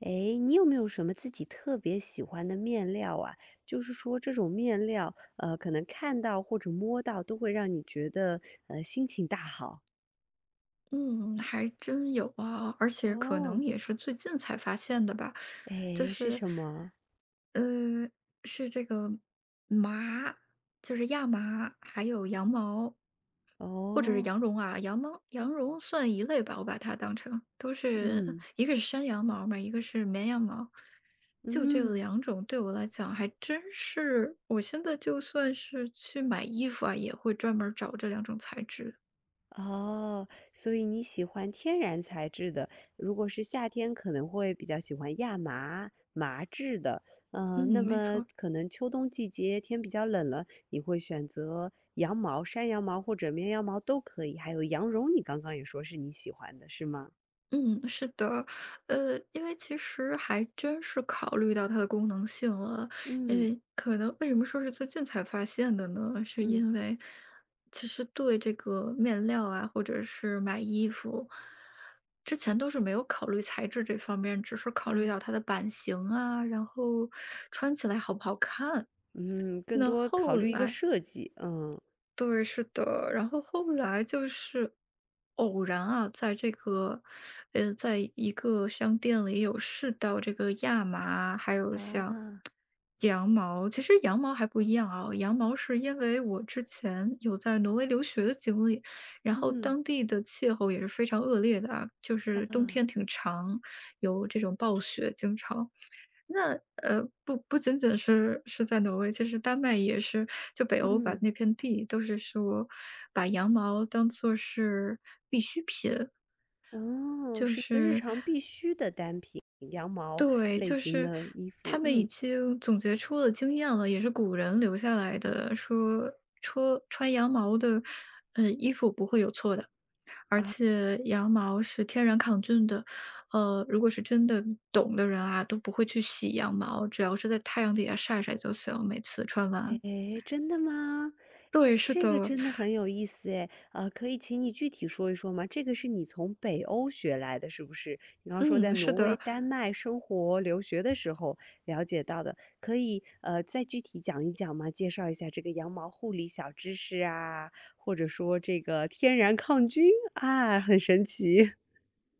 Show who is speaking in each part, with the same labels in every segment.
Speaker 1: 诶，你有没有什么自己特别喜欢的面料啊？就是说这种面料，可能看到或者摸到都会让你觉得，心情大好。
Speaker 2: 嗯，还真有啊，而且可
Speaker 1: 哦。
Speaker 2: 能也是最近才发现的吧。就
Speaker 1: 诶，是
Speaker 2: 是，
Speaker 1: 什么？
Speaker 2: 呃，是这个麻，就是亚麻，还有羊毛，或者是
Speaker 1: 哦，
Speaker 2: 羊绒啊。羊毛、羊绒算一类吧，我把它当成都是
Speaker 1: 嗯，
Speaker 2: 一个是山羊毛嘛，一个是绵羊毛。就这
Speaker 1: 嗯。
Speaker 2: 两种对我来讲还真是，我现在就算是去买衣服啊，也会专门儿找这两种材质。
Speaker 1: 哦，所以你喜欢天然材质的，如果是夏天可能会比较喜欢亚麻、麻质的，嗯，那
Speaker 2: 嗯，没
Speaker 1: 么
Speaker 2: 错。
Speaker 1: 可能秋冬季节天比较冷了，你会选择羊毛、山羊毛或者绵羊毛都可以，还有羊绒，你刚刚也说是你喜欢的，是吗？
Speaker 2: 嗯，是的，因为其实还真是考虑到它的功能性了。因
Speaker 1: 嗯
Speaker 2: 为可能为什么说是最近才发现的呢？是
Speaker 1: 嗯
Speaker 2: 因为其实对这个面料啊，或者是买衣服，之前都是没有考虑材质这方面，只是考虑
Speaker 1: 嗯
Speaker 2: 到它的版型啊，然后穿起来好不好看。
Speaker 1: 嗯，更
Speaker 2: 那
Speaker 1: 多考
Speaker 2: 后
Speaker 1: 虑一个
Speaker 2: 来
Speaker 1: 设计。嗯
Speaker 2: 对，是的。然后后来就是偶然啊，在一个商店里有试到这个亚麻，还有像
Speaker 1: 啊
Speaker 2: 羊毛。其实羊毛还不一样啊，羊毛是因为我之前有在挪威留学的经历，然后
Speaker 1: 嗯
Speaker 2: 当地的气候也是非常恶劣的啊，就是冬
Speaker 1: 啊
Speaker 2: 天挺长，有这种暴雪经常。那，不仅仅是在挪威，其实丹麦也是，就北欧把
Speaker 1: 嗯。
Speaker 2: 那片地都是说把羊毛当做是
Speaker 1: 哦，
Speaker 2: 就
Speaker 1: 是一个日
Speaker 2: 是
Speaker 1: 常必需的单品，羊毛
Speaker 2: 对，
Speaker 1: 类
Speaker 2: 就
Speaker 1: 型
Speaker 2: 是
Speaker 1: 的衣
Speaker 2: 他
Speaker 1: 服。
Speaker 2: 们已
Speaker 1: 嗯，
Speaker 2: 经总结出了经验了，也是古人留下来的，说穿羊毛的，衣服不会有错的，而
Speaker 1: 啊，
Speaker 2: 且羊毛是天然抗菌的。呃，如果是真的懂的人啊，都不会去洗羊毛，只要是在太阳底下晒晒就行，每次穿完。
Speaker 1: 诶，真的吗？
Speaker 2: 对，是
Speaker 1: 这个
Speaker 2: 的，
Speaker 1: 真的很有意思诶，可以请你具体说一说吗？这个是你从北欧学来的，是不是？你刚刚说在
Speaker 2: 嗯，是
Speaker 1: 挪威、
Speaker 2: 的，
Speaker 1: 丹麦生活留学的时候了解到的，可以再具体讲一讲吗？介绍一下这个羊毛护理小知识啊，或者说这个天然抗菌啊，很神奇。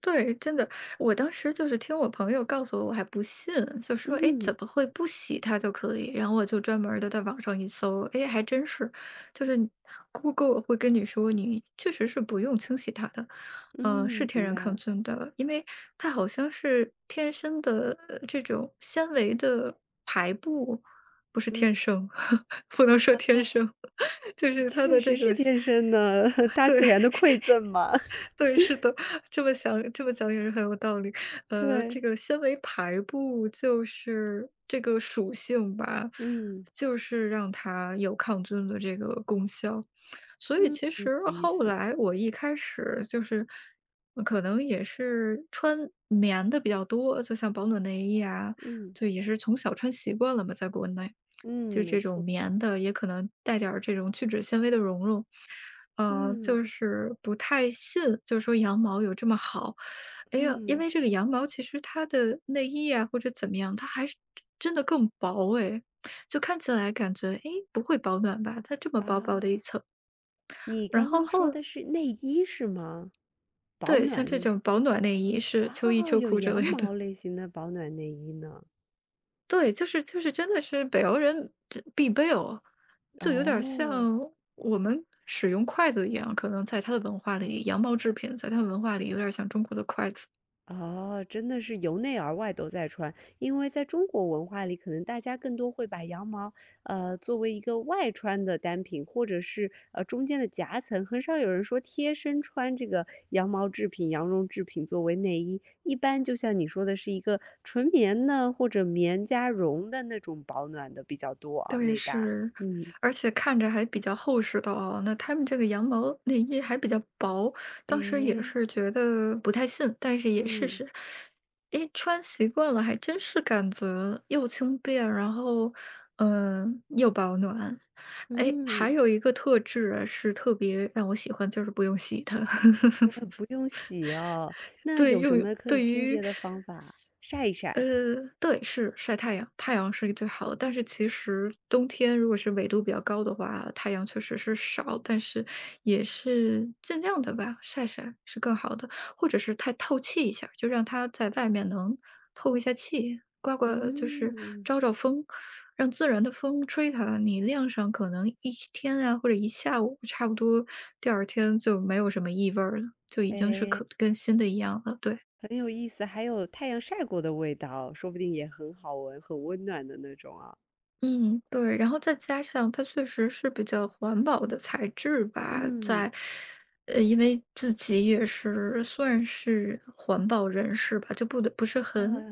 Speaker 2: 对，真的。我当时就是听我朋友告诉我，我还不信，就 说，哎，怎
Speaker 1: 嗯。
Speaker 2: 么会不洗它就可以？然后我就专门的在网上一搜，哎，还真是，就是你 Google 会跟你说，你确实是不用清洗它的。嗯，是
Speaker 1: 嗯，
Speaker 2: 天
Speaker 1: 明
Speaker 2: 然
Speaker 1: 白
Speaker 2: 抗
Speaker 1: 了。
Speaker 2: 菌的，因为它好像是天生的这种纤维的排布。不是
Speaker 1: 嗯，
Speaker 2: 天生，不能说天
Speaker 1: 啊，
Speaker 2: 生，就是它
Speaker 1: 确
Speaker 2: 的
Speaker 1: 实
Speaker 2: 这个。
Speaker 1: 是天生的，大
Speaker 2: 对，
Speaker 1: 自然的馈赠嘛。
Speaker 2: 对，是的，这么想这么讲也是很有道理。呃，这
Speaker 1: 对，
Speaker 2: 个纤维排布就是这个属性吧，
Speaker 1: 嗯
Speaker 2: 就是让它有抗菌的这个功效。所以
Speaker 1: 嗯，
Speaker 2: 其
Speaker 1: 嗯
Speaker 2: 实
Speaker 1: 有意
Speaker 2: 后
Speaker 1: 思。
Speaker 2: 来我一开始就是可能也是穿棉的比较多，就像保暖内衣啊，
Speaker 1: 嗯
Speaker 2: 就也是从小穿习惯了嘛，在国内。就
Speaker 1: 嗯，没
Speaker 2: 这种
Speaker 1: 错。
Speaker 2: 棉的，也可能带点儿这种聚酯纤维的绒绒，
Speaker 1: 嗯
Speaker 2: 就是不太信，就是说羊毛有这么好。哎呀，因
Speaker 1: 嗯
Speaker 2: 为这个羊毛其实它的内衣啊，或者怎么样，它还是真的更薄哎。就看起来感觉哎不会保暖吧？它这么薄薄的一
Speaker 1: 啊，
Speaker 2: 层，
Speaker 1: 你
Speaker 2: 然
Speaker 1: 刚
Speaker 2: 后
Speaker 1: 刚说
Speaker 2: 后
Speaker 1: 的是内衣是吗？保
Speaker 2: 对，像
Speaker 1: 暖
Speaker 2: 这
Speaker 1: 类型
Speaker 2: 种保暖内衣是秋衣
Speaker 1: 啊，
Speaker 2: 秋
Speaker 1: 有
Speaker 2: 裤之
Speaker 1: 羊
Speaker 2: 类的。
Speaker 1: 毛类型的保暖内衣呢。
Speaker 2: 对，就是真的是北欧人这必备哦，就有点
Speaker 1: 哦。
Speaker 2: 像我们使用筷子一样，可能在它的文化里，羊毛制品在它的文化里有点像中国的筷子。
Speaker 1: 哦，真的是由内而外都在穿，因为在中国文化里，可能大家更多会把羊毛，作为一个外穿的单品，或者是中间的夹层，很少有人说贴身穿这个羊毛制品、羊绒制品作为内衣。一般就像你说的，是一个纯棉的或者棉加绒的那种保暖的比较多啊，
Speaker 2: 对，
Speaker 1: 内搭。
Speaker 2: 是，
Speaker 1: 嗯，
Speaker 2: 而且看着还比较厚实的哦。那他们这个羊毛内衣还比较薄，当时也
Speaker 1: 诶，
Speaker 2: 是觉得不太信，但是也试
Speaker 1: 嗯
Speaker 2: 试。诶，穿习惯了还真是感觉又轻便，然后嗯又保暖。诶，还
Speaker 1: 嗯，
Speaker 2: 有一个特质啊是特别让我喜欢，就是不用洗它。
Speaker 1: 那不用洗哦。那
Speaker 2: 对，
Speaker 1: 有什
Speaker 2: 用于
Speaker 1: 么可以
Speaker 2: 对
Speaker 1: 清洁
Speaker 2: 于
Speaker 1: 的方法？晒一
Speaker 2: 呃，
Speaker 1: 晒。
Speaker 2: 对，是晒太阳，太阳是最好的。但是其实冬天如果是纬度比较高的话，太阳确实是少，但是也是尽量的吧，晒晒是更好的。或者是太透气一下儿就让它在外面能透一下气，刮刮就是
Speaker 1: 嗯，
Speaker 2: 招招风，让自然的风吹它。你晾上可能一天啊，或者一下午，差不多第二天就没有什么异味儿了，就已经是
Speaker 1: 哎，
Speaker 2: 可跟新的一样了。对。
Speaker 1: 很有意思，还有太阳晒过的味道，说不定也很好闻，很温暖的那种啊。
Speaker 2: 嗯，对，然后再加上它确实是比较环保的材质吧。
Speaker 1: 嗯，
Speaker 2: 在，因为自己也是算是环保人士吧，就不得不是
Speaker 1: 啊，
Speaker 2: 很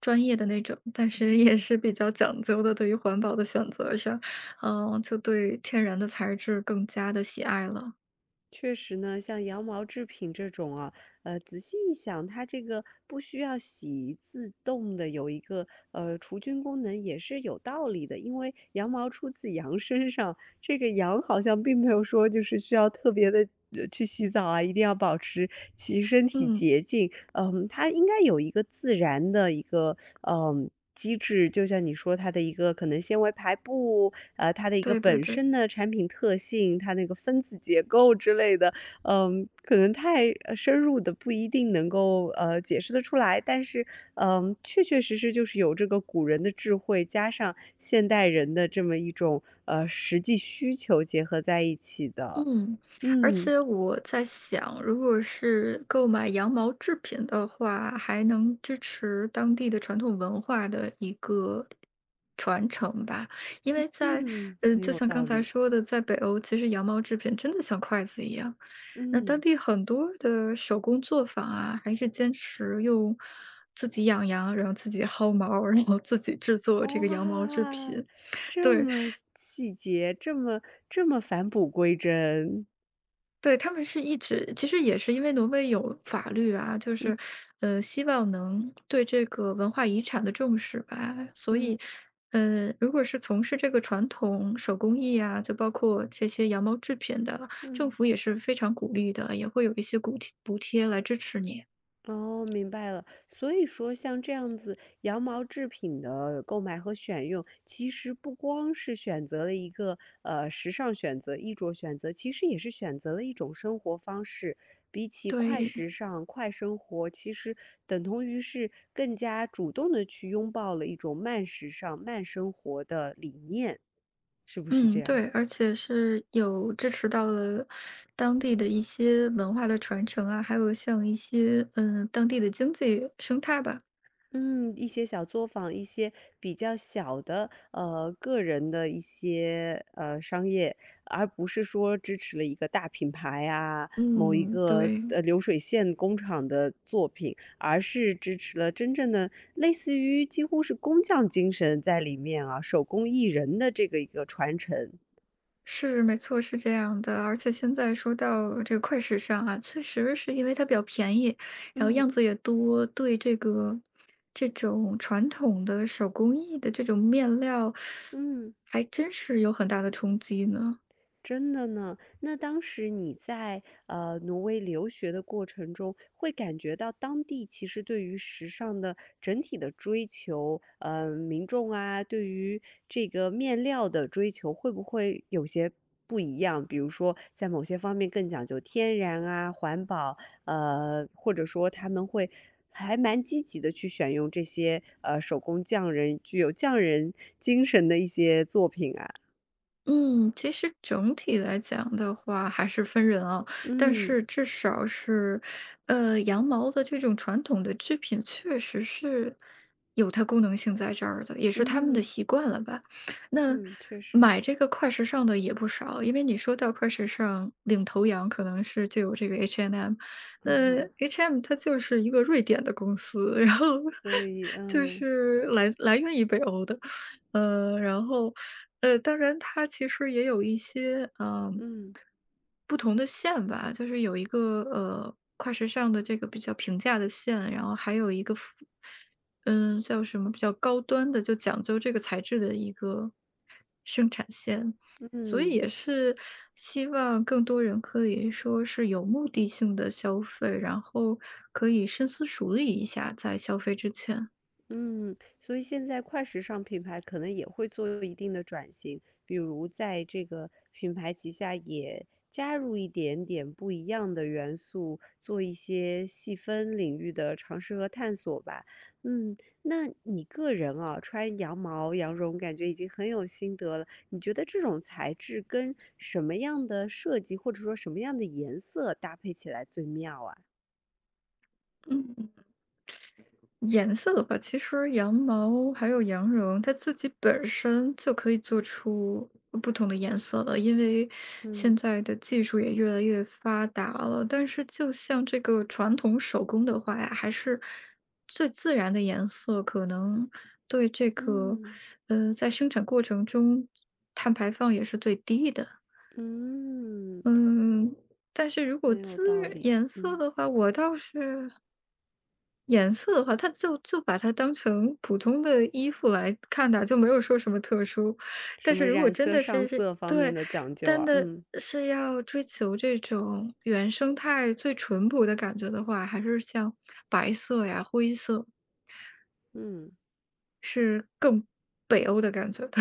Speaker 2: 专业的那种，但是也是比较讲究的，对于环保的选择上，嗯，就对天然的材质更加的喜爱了。
Speaker 1: 确实呢，像羊毛制品这种啊，仔细一想，它这个不需要洗，自动的有一个除菌功能也是有道理的，因为羊毛出自羊身上，这个羊好像并没有说就是需要特别的去洗澡啊，一定要保持其身体
Speaker 2: 嗯，
Speaker 1: 洁净。嗯，它应该有一个自然的一个嗯机制，就像你说它的一个可能纤维排布，它的一个
Speaker 2: 对对
Speaker 1: 本
Speaker 2: 对。
Speaker 1: 身的产品特性，它那个分子结构之类的，嗯，可能太深入的不一定能够解释得出来，但是嗯，确确实实就是有这个古人的智慧，加上现代人的这么一种实际需求结合在一起的。
Speaker 2: 嗯，而
Speaker 1: 嗯
Speaker 2: 且我在想，如果是购买羊毛制品的话，还能支持当地的传统文化的一个传承吧。因为在，
Speaker 1: 嗯，
Speaker 2: 呃，
Speaker 1: 很
Speaker 2: 就
Speaker 1: 有
Speaker 2: 像刚
Speaker 1: 道
Speaker 2: 才
Speaker 1: 理。
Speaker 2: 说的，在北欧，其实羊毛制品真的像筷子一样。那当
Speaker 1: 嗯，
Speaker 2: 地很多的手工作坊啊，还是坚持用自己养羊，然后自己薅毛，然后自己制作这个羊毛制
Speaker 1: 哇，
Speaker 2: 品。
Speaker 1: 这
Speaker 2: 对，
Speaker 1: 么细节，这么这么返璞归真。
Speaker 2: 对，他们是一直其实也是因为挪威有法律啊。
Speaker 1: 嗯
Speaker 2: 希望能对这个文化遗产的重视吧。所以，
Speaker 1: 嗯
Speaker 2: 如果是从事这个传统手工艺啊，就包括这些羊毛制品的，政
Speaker 1: 嗯。
Speaker 2: 府也是非常鼓励的，也会有一些补贴来支持你。
Speaker 1: 哦，明白了。所以说，像这样子羊毛制品的购买和选用，其实不光是选择了一个时尚选择、衣着选择，其实也是选择了一种生活方式。比起快
Speaker 2: 对，
Speaker 1: 时尚、快生活，其实等同于是更加主动的去拥抱了一种慢时尚、慢生活的理念，是不是这
Speaker 2: 嗯，
Speaker 1: 样？
Speaker 2: 对，而且是有支持到了当地的一些文化的传承啊，还有像一些嗯当地的经济生态吧。
Speaker 1: 嗯，一些小作坊，一些比较小的，个人的一些，商业，而不是说支持了一个大品牌啊，某一
Speaker 2: 嗯，
Speaker 1: 个，
Speaker 2: 对。
Speaker 1: 流水线工厂的作品，而是支持了真正的类似于几乎是工匠精神在里面啊，手工艺人的这个一个传承。
Speaker 2: 是，没错，是这样的。而且现在说到这个快时尚啊，确实是因为它比较便宜，然后
Speaker 1: 嗯
Speaker 2: 样子也多。对这个这种传统的手工艺的这种面料，
Speaker 1: 嗯。
Speaker 2: 还真是有很大的冲击呢。
Speaker 1: 真的呢，那当时你在挪威留学的过程中，会感觉到当地其实对于时尚的整体的追求，民众啊，对于这个面料的追求，会不会有些不一样？比如说，在某些方面更讲究天然啊、环保，或者说他们会还蛮积极的去选用这些手工匠人具有匠人精神的一些作品啊。
Speaker 2: 嗯，其实整体来讲的话，还是分人啊。但
Speaker 1: 嗯
Speaker 2: 是至少是，羊毛的这种传统的制品，确实是有它功能性在这儿的，也是他们的
Speaker 1: 嗯。
Speaker 2: 习惯了吧。那
Speaker 1: 嗯，确实，
Speaker 2: 买这个快时尚的也不少，因为你说到快时尚，领头羊可能是就有这个 H&M。
Speaker 1: 嗯
Speaker 2: 那
Speaker 1: 哼，
Speaker 2: H&M 它就是一个瑞典的公司，然后
Speaker 1: 所以，
Speaker 2: 就
Speaker 1: 嗯
Speaker 2: 是来源于北欧的。呃，然后，当然它其实也有一些，
Speaker 1: 嗯
Speaker 2: 不同的线吧。就是有一个，跨时尚的这个比较平价的线，然后还有一个服嗯，叫什么比较高端的，就讲究这个材质的一个生产线。所以
Speaker 1: 嗯。
Speaker 2: 也是希望更多人可以说是有目的性的消费，然后可以深思熟虑一下在消费之前。
Speaker 1: 嗯，所以现在快时尚品牌可能也会做一定的转型，比如在这个品牌旗下也加入一点点不一样的元素，做一些细分领域的尝试和探索吧。嗯，那你个人啊，穿羊毛、羊绒，感觉已经很有心得了。你觉得这种材质跟什么样的设计，或者说什么样的颜色搭配起来最妙啊？
Speaker 2: 嗯。颜色的话，其实羊毛还有羊绒，它自己本身就可以做出不同的颜色了，因为现
Speaker 1: 嗯
Speaker 2: 在的技术也越来越发达了。但是，就像这个传统手工的话呀，还是最自然的颜色，可能对这个
Speaker 1: 嗯。
Speaker 2: 在生产过程中碳排放也是最低的。
Speaker 1: 嗯。
Speaker 2: 嗯，但是如果
Speaker 1: 很有
Speaker 2: 自
Speaker 1: 道
Speaker 2: 然
Speaker 1: 理，
Speaker 2: 颜色
Speaker 1: 嗯，
Speaker 2: 的话，我倒是颜色的话，它就就把它当成普通的衣服来看的，就没有说什么特殊。
Speaker 1: 什
Speaker 2: 但
Speaker 1: 么
Speaker 2: 是如果
Speaker 1: 染
Speaker 2: 真
Speaker 1: 色
Speaker 2: 的
Speaker 1: 上
Speaker 2: 是是
Speaker 1: 色方面
Speaker 2: 对，
Speaker 1: 的讲究
Speaker 2: 真
Speaker 1: 啊。
Speaker 2: 的
Speaker 1: 嗯
Speaker 2: 是要追求这种原生态最淳朴的感觉的话，还是像白色呀、灰色，
Speaker 1: 嗯。
Speaker 2: 北欧的感觉的。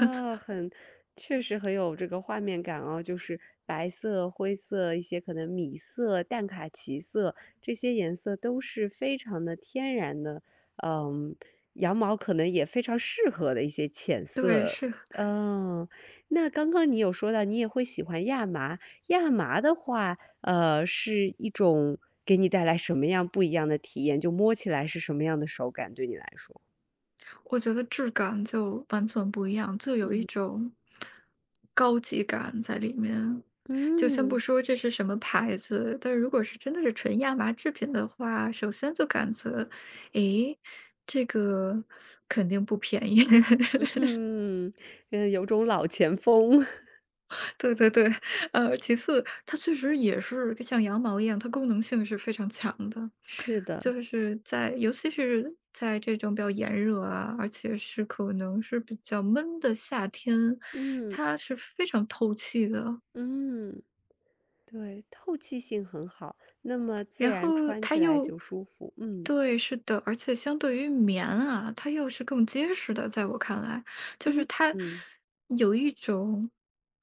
Speaker 1: 很，确实很有这个画面感哦，就是白色、灰色，一些可能米色、淡卡其色，这些颜色都是非常的天然的。嗯，羊毛可能也非常适合的一些浅
Speaker 2: 对，
Speaker 1: 色。
Speaker 2: 是。
Speaker 1: 嗯，那刚刚你有说到你也会喜欢亚麻，亚麻的话，是一种给你带来什么样不一样的体验？就摸起来是什么样的手感，对你来说？
Speaker 2: 我觉得质感就完全不一样，就有一
Speaker 1: 嗯。
Speaker 2: 种高级感在里面。就先不
Speaker 1: 嗯。
Speaker 2: 说这是什么牌子，但如果是真的是纯亚麻制品的话，首先就感觉，诶，这个肯定不便宜。
Speaker 1: 嗯，嗯，有种老前锋，
Speaker 2: 对对对，其次，它确实也是像羊毛一样，它功能性是非常强的。
Speaker 1: 是的，
Speaker 2: 就是在尤其是在这种比较炎热啊，而且是可能是比较闷的夏天，
Speaker 1: 嗯，
Speaker 2: 它是非常透气的。
Speaker 1: 嗯，对，透气性很好，那么自
Speaker 2: 然
Speaker 1: 然
Speaker 2: 后
Speaker 1: 穿
Speaker 2: 它
Speaker 1: 起来
Speaker 2: 又
Speaker 1: 就舒服，嗯，
Speaker 2: 对，是的。而且相对于棉啊，它又是更结实的，在我看来，就是
Speaker 1: 嗯，
Speaker 2: 它
Speaker 1: 嗯，
Speaker 2: 有一种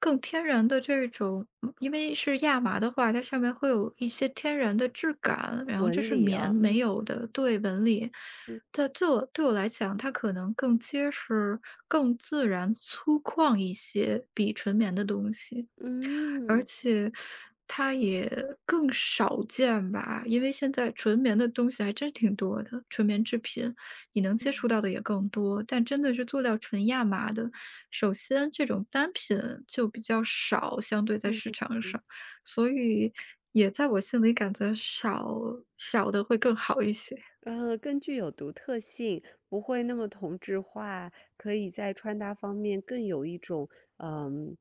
Speaker 2: 更天然的这种。嗯因为是亚麻的话，它上面会有一些天然的质感，然后这
Speaker 1: 纹
Speaker 2: 是
Speaker 1: 理
Speaker 2: 棉
Speaker 1: 啊，嗯，
Speaker 2: 没有的，对纹理。
Speaker 1: 嗯，
Speaker 2: 在对我来讲，它可能更结实、更自然、粗犷一些，比纯棉的东西。而
Speaker 1: 嗯，
Speaker 2: 且它也更少见吧，因为现在纯棉的东西还真是挺多的，纯棉制品你能接
Speaker 1: 嗯，
Speaker 2: 触到的也更多。但真的是做到纯亚麻的，首先这种单品就比较少，相对在
Speaker 1: 嗯，
Speaker 2: 市场
Speaker 1: 嗯。
Speaker 2: 上。所以也在我心里感觉少少的会更好一些。
Speaker 1: 更具有独特性，不会那么同质化，可以在穿搭方面更有一种嗯，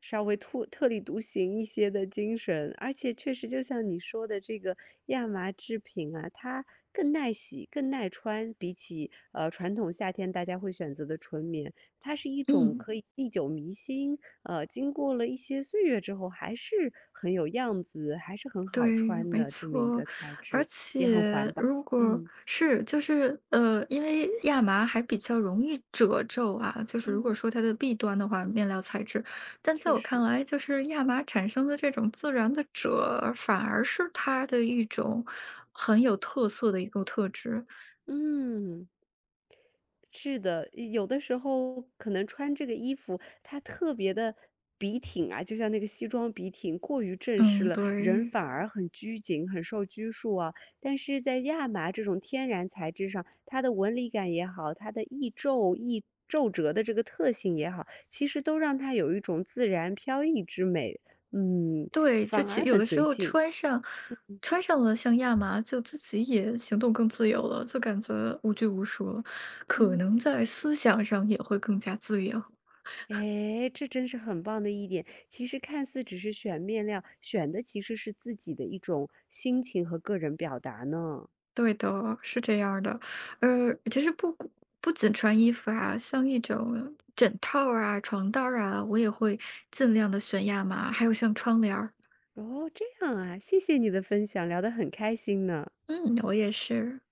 Speaker 1: 稍微突特立独行一些的精神。而且确实就像你说的，这个亚麻制品啊，它更耐洗、更耐穿，比起传统夏天大家会选择的纯棉，它是一种
Speaker 2: 嗯。
Speaker 1: 可以历久弥新，经过了一些岁月之后，还是很有样子，还是很好
Speaker 2: 对，
Speaker 1: 穿
Speaker 2: 没
Speaker 1: 的这么一个
Speaker 2: 错，
Speaker 1: 材
Speaker 2: 而
Speaker 1: 质。
Speaker 2: 且如果
Speaker 1: 嗯。
Speaker 2: 是就是因为亚麻还比较容易褶皱啊，就是如果
Speaker 1: 嗯。
Speaker 2: 说它的弊端的话，面料材质，但在
Speaker 1: 确
Speaker 2: 我看
Speaker 1: 实，
Speaker 2: 来，就是亚麻产生的这种自然的褶，反而是它的一种很有特色的一个特质。
Speaker 1: 嗯，是的，有的时候可能穿这个衣服，它特别的笔挺啊，就像那个西装笔挺，过于正式
Speaker 2: 嗯，
Speaker 1: 了，人
Speaker 2: 对。
Speaker 1: 反而很拘谨，很受拘束啊。但是在亚麻这种天然材质上，它的纹理感也好，它的易皱易皱褶的这个特性也好，其实都让它有一种自然飘逸之美，嗯，
Speaker 2: 对，就
Speaker 1: 反
Speaker 2: 其
Speaker 1: 而
Speaker 2: 有
Speaker 1: 很
Speaker 2: 的时
Speaker 1: 随
Speaker 2: 候
Speaker 1: 性，
Speaker 2: 穿上了像亚麻，就自己也行动更自由了，就感觉无拘无束了，可
Speaker 1: 嗯。
Speaker 2: 能在思想上也会更加自由。
Speaker 1: 哎，这真是很棒的一点。其实看似只是选面料，选的其实是自己的一种心情和个人表达呢。
Speaker 2: 对的，是这样儿的。呃，其实不仅穿衣服啊，像一种枕套儿啊、床单儿啊，我也会尽量的选亚麻，还有像窗帘儿。
Speaker 1: 哦，这样啊，谢谢你的分享，聊得很开心呢。
Speaker 2: 嗯，我也是。